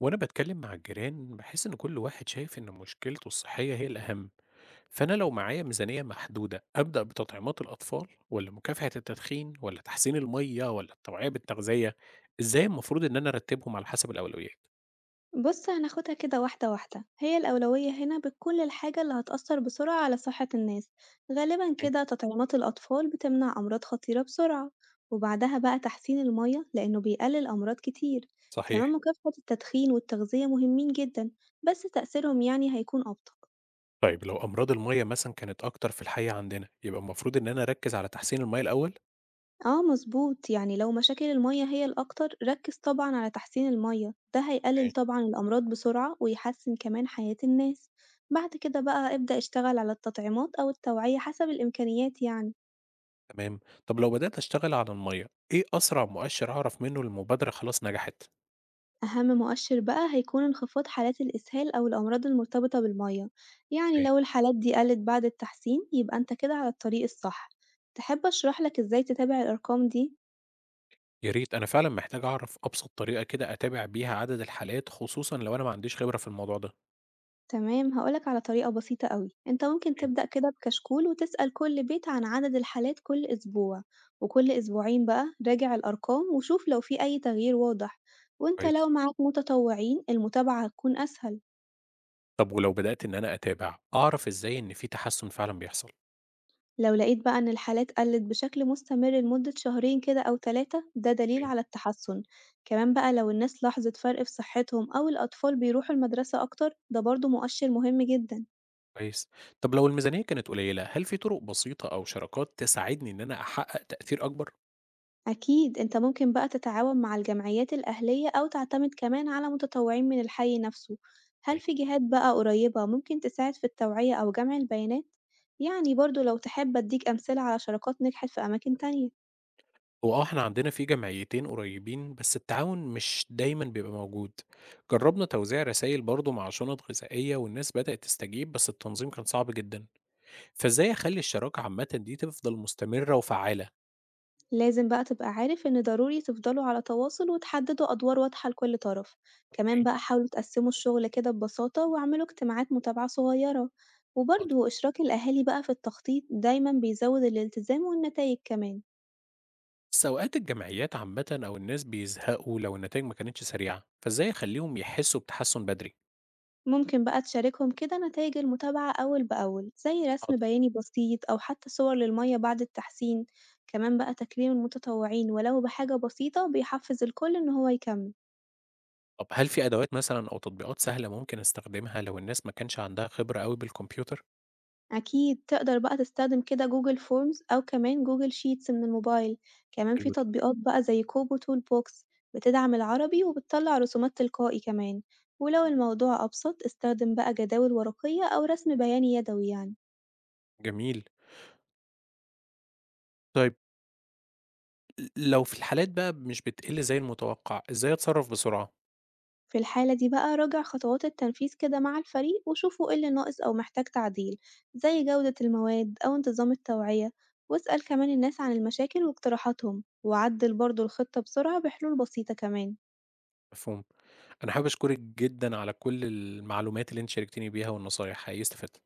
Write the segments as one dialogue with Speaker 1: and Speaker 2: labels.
Speaker 1: وأنا بتكلم مع الجيران بحس إن كل واحد شايف إن مشكلته الصحية هي الأهم، فأنا لو معايا ميزانية محدودة أبدأ بتطعيمات الأطفال ولا مكافحة التدخين ولا تحسين المية ولا التوعية بالتغذية؟ إزاي المفروض إن أنا أرتبهم على حسب الأولويات؟
Speaker 2: بُص هناخدها كده واحدة واحدة، هي الأولوية هنا بتكون للحاجة اللي هتأثّر بسرعة على صحة الناس، غالبًا
Speaker 1: مم.
Speaker 2: كده تطعيمات الأطفال بتمنع أمراض خطيرة بسرعة، وبعدها بقى تحسين المَيّة لإنه بيقلل أمراض كتير، كمان
Speaker 1: صحيح.
Speaker 2: مكافحة التدخين والتغذية مهمين جدًا، بس تأثيرهم يعني هيكون أبطأ.
Speaker 1: طيب لو أمراض المية مثلا كانت أكتر في الحي عندنا يبقى المفروض إن أنا أركز على تحسين المية الأول؟
Speaker 2: آه مضبوط، يعني لو مشاكل المَيّة هي الأكتر ركّز طبعًا على تحسين المَيّة، ده هيقلل
Speaker 1: اوكي.
Speaker 2: طبعًا الأمراض بسرعة ويحسّن كمان حياة الناس، بعد كده بقى ابدأ اشتغل على التطعيمات أو التوعية حسب الإمكانيات يعني.
Speaker 1: تمام، طب لو بدأت أشتغل على المية إيه أسرع مؤشر أعرف منه المبادرة خلاص نجحت؟
Speaker 2: أهم مؤشر بقى هيكون انخفاض حالات الإسهال أو الأمراض المرتبطة بالمَيّة، يعني لو الحالات دي قلت بعد التحسين يبقى أنت كده على الطريق الصح، تحب أشرح لك إزاي تتابع الأرقام دي؟
Speaker 1: يا ريت أنا فعلًا محتاج أعرف أبسط طريقة كده أتابع بيها عدد الحالات، خصوصًا لو أنا ما عنديش خبرة في الموضوع ده.
Speaker 2: تمام هقولك على طريقة بسيطة قوي، انت ممكن
Speaker 1: أوكي،
Speaker 2: تبدأ كده بكشكول وتسأل كل بيت عن عدد الحالات كل أسبوع، وكل أسبوعين بقى راجع الأرقام وشوف لو في أي تغيير واضح، وانت
Speaker 1: كويس.
Speaker 2: لو معاك متطوعين المتابعة هتكون أسهل.
Speaker 1: طب ولو بدأت إن أنا أتابع، أعرف إزاي إن في تحسن فعلًا بيحصل؟
Speaker 2: لو لقيت بقى إن الحالات قلت بشكل مستمر لمدة شهرين كده أو تلاتة ده دليل
Speaker 1: أوكي،
Speaker 2: على التحسن، كمان بقى لو الناس لاحظت فرق في صحتهم أو الأطفال بيروحوا المدرسة أكتر ده برضه مؤشر مهم جدا.
Speaker 1: كويس. طب لو الميزانية كانت قليلة، هل في طرق بسيطة أو شراكات تساعدني إن أنا أحقق تأثير أكبر؟
Speaker 2: أكيد أنت ممكن بقى تتعاون مع الجمعيات الأهلية أو تعتمد كمان على متطوعين من الحي نفسه، هل
Speaker 1: أوكي.
Speaker 2: في جهات بقى قريبة ممكن تساعد في التوعية أو جمع البيانات؟ يعني برضه لو تحب أديك أمثلة على شراكات نجحت في أماكن تانية.
Speaker 1: هو آه، إحنا عندنا في جمعيتين قريبين، بس التعاون مش دايمًا بيبقى موجود. جربنا توزيع رسايل برضه مع شنط غذائية والناس بدأت تستجيب، بس التنظيم كان صعب جدًا. فإزاي أخلّي الشراكة عامةً دي تفضل مستمرة وفعّالة؟
Speaker 2: لازم بقى تبقى عارف إن ضروري تفضلوا على تواصل وتحددوا أدوار واضحة لكل طرف، كمان
Speaker 1: أوكي،
Speaker 2: بقى حاولوا تقسموا الشغل كده ببساطة واعملوا اجتماعات متابعة صغيرة،
Speaker 1: حاضر.
Speaker 2: وبرضه إشراك الأهالي بقى في التخطيط دايما بيزود الالتزام والنتايج كمان.
Speaker 1: بس أوقات الجمعيات عامةً أو الناس بيزهقوا لو النتايج ما كانتش سريعة، فإزاي أخلّيهم يحسّوا بتحسُّن بدري؟
Speaker 2: ممكن بقى تشاركهم كده نتائج المتابعة أول بأول زي رسم
Speaker 1: حاضر.
Speaker 2: بياني بسيط أو حتى صور للمية بعد التحسين، كمان بقى تكريم المتطوعين ولو بحاجة بسيطة بيحفز الكل إن هو يكمل.
Speaker 1: طب هل في أدوات مثلًا أو تطبيقات سهلة ممكن أستخدمها لو الناس ما كانش عندها خبرة أوي بالكمبيوتر؟
Speaker 2: أكيد تقدر بقى تستخدم كده جوجل فورمز أو كمان جوجل شيتس من الموبايل، كمان في
Speaker 1: حلو ده.
Speaker 2: تطبيقات بقى زي كوبو تول بوكس بتدعم العربي وبتطلع رسومات تلقائي كمان، ولو الموضوع أبسط استخدم بقى جداول ورقية أو رسم بياني يدوي يعني.
Speaker 1: جميل. طيب لو في الحالات بقى مش بتقِل زي المتوقع، إزاي أتصرّف بسرعة؟
Speaker 2: في الحالة دي بقى راجع خطوات التنفيذ كده مع الفريق وشوفوا ايه اللي ناقص أو محتاج تعديل، زي جودة المواد أو انتظام التوعية، واسأل كمان الناس عن المشاكل واقتراحاتهم وعدل برضه الخطة بسرعة بحلول بسيطة كمان.
Speaker 1: مفهوم. أنا حابب أشكرِك جدًا على كل المعلومات اللي أنتِ شاركتيني بيها والنصايح، حقيقي استفدت.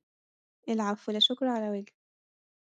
Speaker 2: العفو، لا شكر على واجب.